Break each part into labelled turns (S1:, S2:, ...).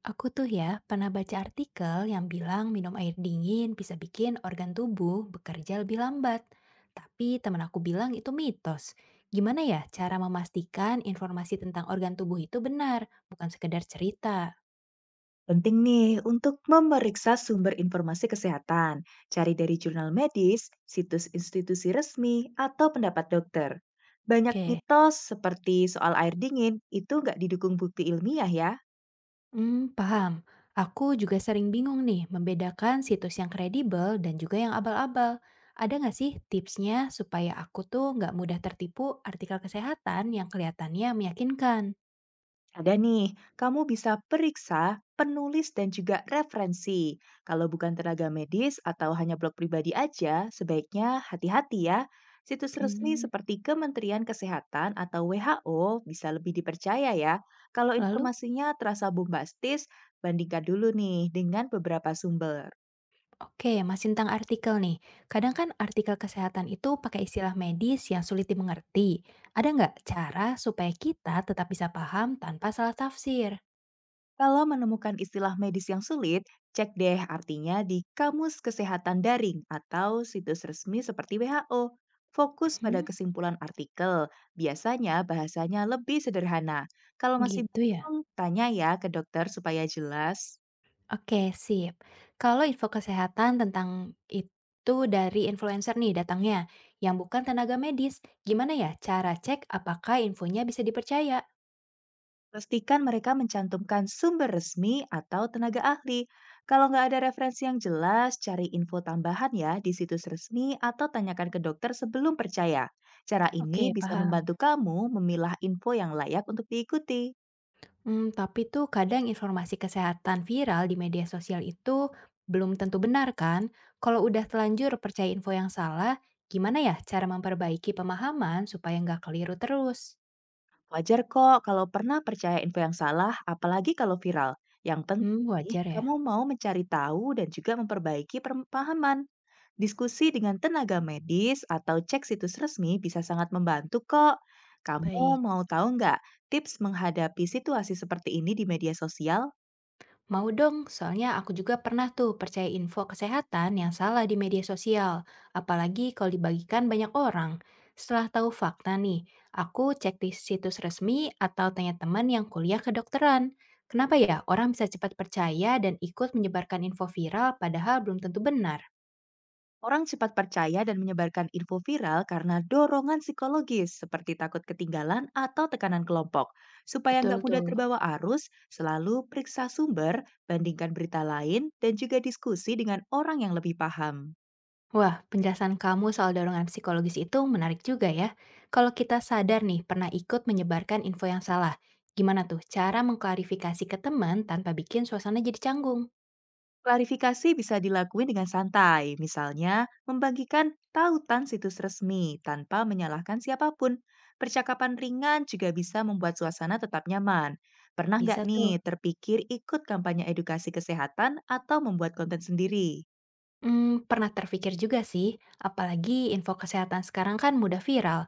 S1: Aku tuh ya pernah baca artikel yang bilang minum air dingin bisa bikin organ tubuh bekerja lebih lambat. Tapi teman aku bilang itu mitos. Gimana ya cara memastikan informasi tentang organ tubuh itu benar, bukan sekedar cerita?
S2: Penting nih untuk memeriksa sumber informasi kesehatan, cari dari jurnal medis, situs institusi resmi, atau pendapat dokter. Banyak
S1: Oke,
S2: mitos seperti soal air dingin itu nggak didukung bukti ilmiah ya.
S1: paham. Aku juga sering bingung nih membedakan situs yang kredibel dan juga yang abal-abal. Ada nggak sih tipsnya supaya aku tuh nggak mudah tertipu artikel kesehatan yang kelihatannya meyakinkan?
S2: Ada nih, kamu bisa periksa penulis dan juga referensi. Kalau bukan tenaga medis atau hanya blog pribadi aja, sebaiknya hati-hati ya. Situs resmi
S1: Hmm,
S2: seperti Kementerian Kesehatan atau WHO bisa lebih dipercaya ya. Kalau
S1: lalu?
S2: informasinya terasa bombastis, bandingkan dulu nih dengan beberapa sumber.
S1: Oke, masih tentang artikel nih. Kadang kan artikel kesehatan itu pakai istilah medis yang sulit dimengerti. Ada nggak cara supaya kita tetap bisa paham tanpa salah tafsir?
S2: Kalau menemukan istilah medis yang sulit, cek deh artinya di Kamus Kesehatan Daring atau situs resmi seperti WHO. Fokus pada
S1: Mhm,
S2: kesimpulan artikel, biasanya bahasanya lebih sederhana. Kalau masih
S1: gitu ya.
S2: bingung, tanya ya ke dokter supaya jelas.
S1: Oke, sip. Kalau info kesehatan tentang itu dari influencer nih datangnya, yang bukan tenaga medis, gimana ya cara cek apakah infonya bisa dipercaya?
S2: Pastikan mereka mencantumkan sumber resmi atau tenaga ahli. Kalau nggak ada referensi yang jelas, cari info tambahan ya di situs resmi atau tanyakan ke dokter sebelum percaya. Cara ini
S1: Oke,
S2: bisa
S1: paham.
S2: membantu kamu memilah info yang layak untuk diikuti.
S1: Hmm, tapi tuh kadang informasi kesehatan viral di media sosial itu belum tentu benar kan? Kalau udah telanjur percaya info yang salah, gimana ya cara memperbaiki pemahaman supaya nggak keliru terus?
S2: Wajar kok kalau pernah percaya info yang salah, apalagi kalau viral. Yang
S1: Hmm,
S2: penting,
S1: wajar
S2: kamu
S1: ya?
S2: mau mencari tahu dan juga memperbaiki pemahaman. Diskusi dengan tenaga medis atau cek situs resmi bisa sangat membantu kok. Kamu
S1: Baik.
S2: mau tahu nggak tips menghadapi situasi seperti ini di media sosial?
S1: Mau dong, soalnya aku juga pernah tuh percaya info kesehatan yang salah di media sosial, apalagi kalau dibagikan banyak orang. Setelah tahu fakta nih, aku cek di situs resmi atau tanya teman yang kuliah kedokteran. Kenapa ya orang bisa cepat percaya dan ikut menyebarkan info viral padahal belum tentu benar?
S2: Orang cepat percaya dan menyebarkan info viral karena dorongan psikologis seperti takut ketinggalan atau tekanan kelompok. Supaya
S1: Betul
S2: nggak mudah
S1: tuh.
S2: terbawa arus, selalu periksa sumber, bandingkan berita lain, dan juga diskusi dengan orang yang lebih paham.
S1: Wah, penjelasan kamu soal dorongan psikologis itu menarik juga ya. Kalau kita sadar nih pernah ikut menyebarkan info yang salah, gimana tuh cara mengklarifikasi ke teman tanpa bikin suasana jadi canggung?
S2: Klarifikasi bisa dilakuin dengan santai, misalnya membagikan tautan situs resmi tanpa menyalahkan siapapun. Percakapan ringan juga bisa membuat suasana tetap nyaman. Pernah nggak
S1: Bisa
S2: nih
S1: tuh.
S2: terpikir ikut kampanye edukasi kesehatan atau membuat konten sendiri?
S1: Pernah terpikir juga sih, apalagi info kesehatan sekarang kan mudah viral.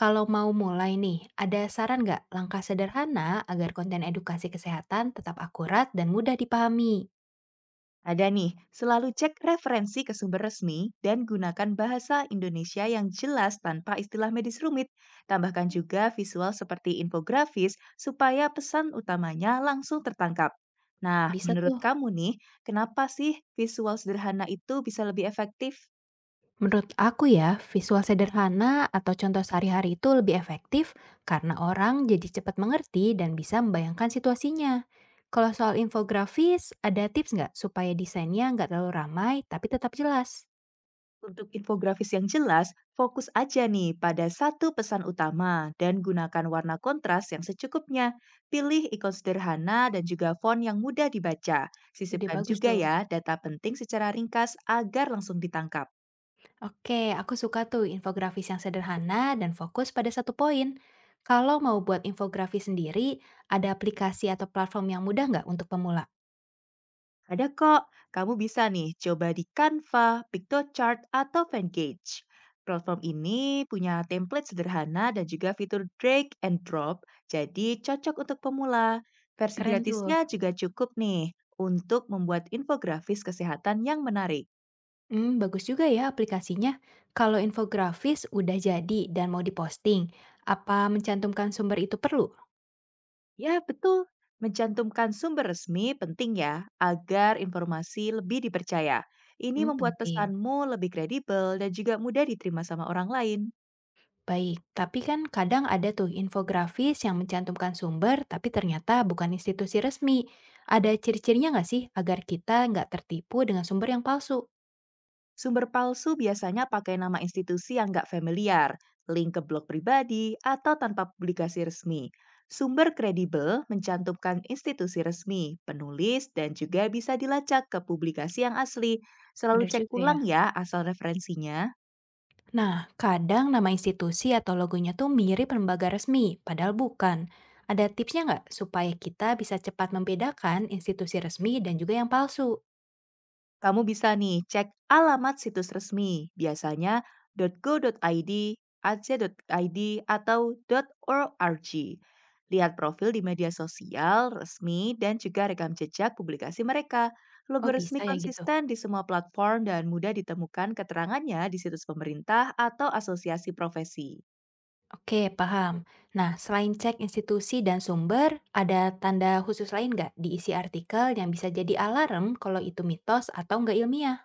S1: Kalau mau mulai nih, ada saran nggak langkah sederhana agar konten edukasi kesehatan tetap akurat dan mudah dipahami?
S2: Ada nih, selalu cek referensi ke sumber resmi dan gunakan bahasa Indonesia yang jelas tanpa istilah medis rumit. Tambahkan juga visual seperti infografis supaya pesan utamanya langsung tertangkap. Nah,
S1: Bisa
S2: menurut
S1: tuh.
S2: kamu nih, kenapa sih visual sederhana itu bisa lebih efektif?
S1: Menurut aku ya, visual sederhana atau contoh sehari-hari itu lebih efektif karena orang jadi cepat mengerti dan bisa membayangkan situasinya. Kalau soal infografis, ada tips nggak supaya desainnya nggak terlalu ramai tapi tetap jelas?
S2: Untuk infografis yang jelas, fokus aja nih pada satu pesan utama dan gunakan warna kontras yang secukupnya. Pilih ikon sederhana dan juga font yang mudah dibaca.
S1: Ide
S2: Sisipkan
S1: bagus
S2: juga
S1: tuh.
S2: ya data penting secara ringkas agar langsung ditangkap.
S1: Oke, aku suka tuh infografis yang sederhana dan fokus pada satu poin. Kalau mau buat infografis sendiri, ada aplikasi atau platform yang mudah nggak untuk pemula?
S2: Ada kok, kamu bisa nih coba di Canva, PictoChart, atau Vengage. Platform ini punya template sederhana dan juga fitur drag and drop, jadi cocok untuk pemula. Versi
S1: Keren tuh.
S2: gratisnya juga cukup nih untuk membuat infografis kesehatan yang menarik.
S1: Bagus juga ya aplikasinya. Kalau infografis udah jadi dan mau diposting, apa mencantumkan sumber itu perlu?
S2: Ya, betul. Mencantumkan sumber resmi penting ya, agar informasi lebih dipercaya. Ini
S1: Hmm,
S2: membuat
S1: penting.
S2: pesanmu lebih kredibel dan juga mudah diterima sama orang lain.
S1: Baik, tapi kan kadang ada tuh infografis yang mencantumkan sumber, tapi ternyata bukan institusi resmi. Ada ciri-cirinya nggak sih agar kita nggak tertipu dengan sumber yang palsu?
S2: Sumber palsu biasanya pakai nama institusi yang nggak familiar, link ke blog pribadi, atau tanpa publikasi resmi. Sumber kredibel mencantumkan institusi resmi, penulis, dan juga bisa dilacak ke publikasi yang asli. Selalu
S1: Bener
S2: cek
S1: juga ya.
S2: ulang ya asal referensinya.
S1: Nah, kadang nama institusi atau logonya tuh mirip lembaga resmi, padahal bukan. Ada tipsnya nggak supaya kita bisa cepat membedakan institusi resmi dan juga yang palsu?
S2: Kamu bisa nih cek alamat situs resmi, biasanya .go.id, ac.id, atau .org. Lihat profil di media sosial, resmi, dan juga rekam jejak publikasi mereka. Logo
S1: Oh
S2: resmi
S1: bisa ya gitu.
S2: konsisten di semua platform dan mudah ditemukan keterangannya di situs pemerintah atau asosiasi profesi.
S1: Oke, paham. Nah, selain cek institusi dan sumber, ada tanda khusus lain nggak di isi artikel yang bisa jadi alarm kalau itu mitos atau nggak ilmiah?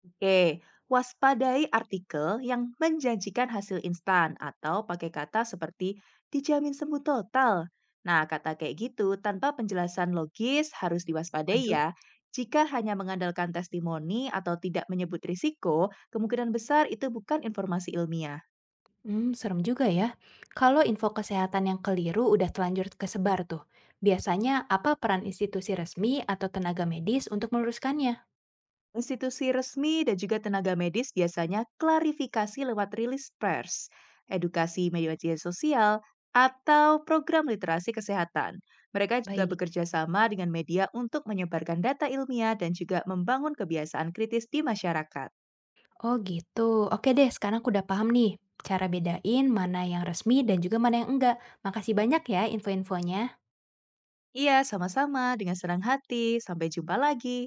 S2: Oke, waspadai artikel yang menjanjikan hasil instan atau pakai kata seperti dijamin sembuh total. Nah, kata kayak gitu tanpa penjelasan logis harus diwaspadai
S1: Waduh.
S2: ya. Jika hanya mengandalkan testimoni atau tidak menyebut risiko, kemungkinan besar itu bukan informasi ilmiah.
S1: Serem juga ya. Kalau info kesehatan yang keliru udah telanjur kesebar tuh, biasanya apa peran institusi resmi atau tenaga medis untuk meluruskannya?
S2: Institusi resmi dan juga tenaga medis biasanya klarifikasi lewat rilis pers, edukasi media sosial, atau program literasi kesehatan. Mereka juga
S1: Baik.
S2: bekerja sama dengan media untuk menyebarkan data ilmiah dan juga membangun kebiasaan kritis di masyarakat.
S1: Oh gitu. Oke deh, sekarang aku udah paham nih cara bedain mana yang resmi dan juga mana yang enggak. Makasih banyak ya info-infonya.
S2: Iya, sama-sama dengan senang hati. Sampai jumpa lagi.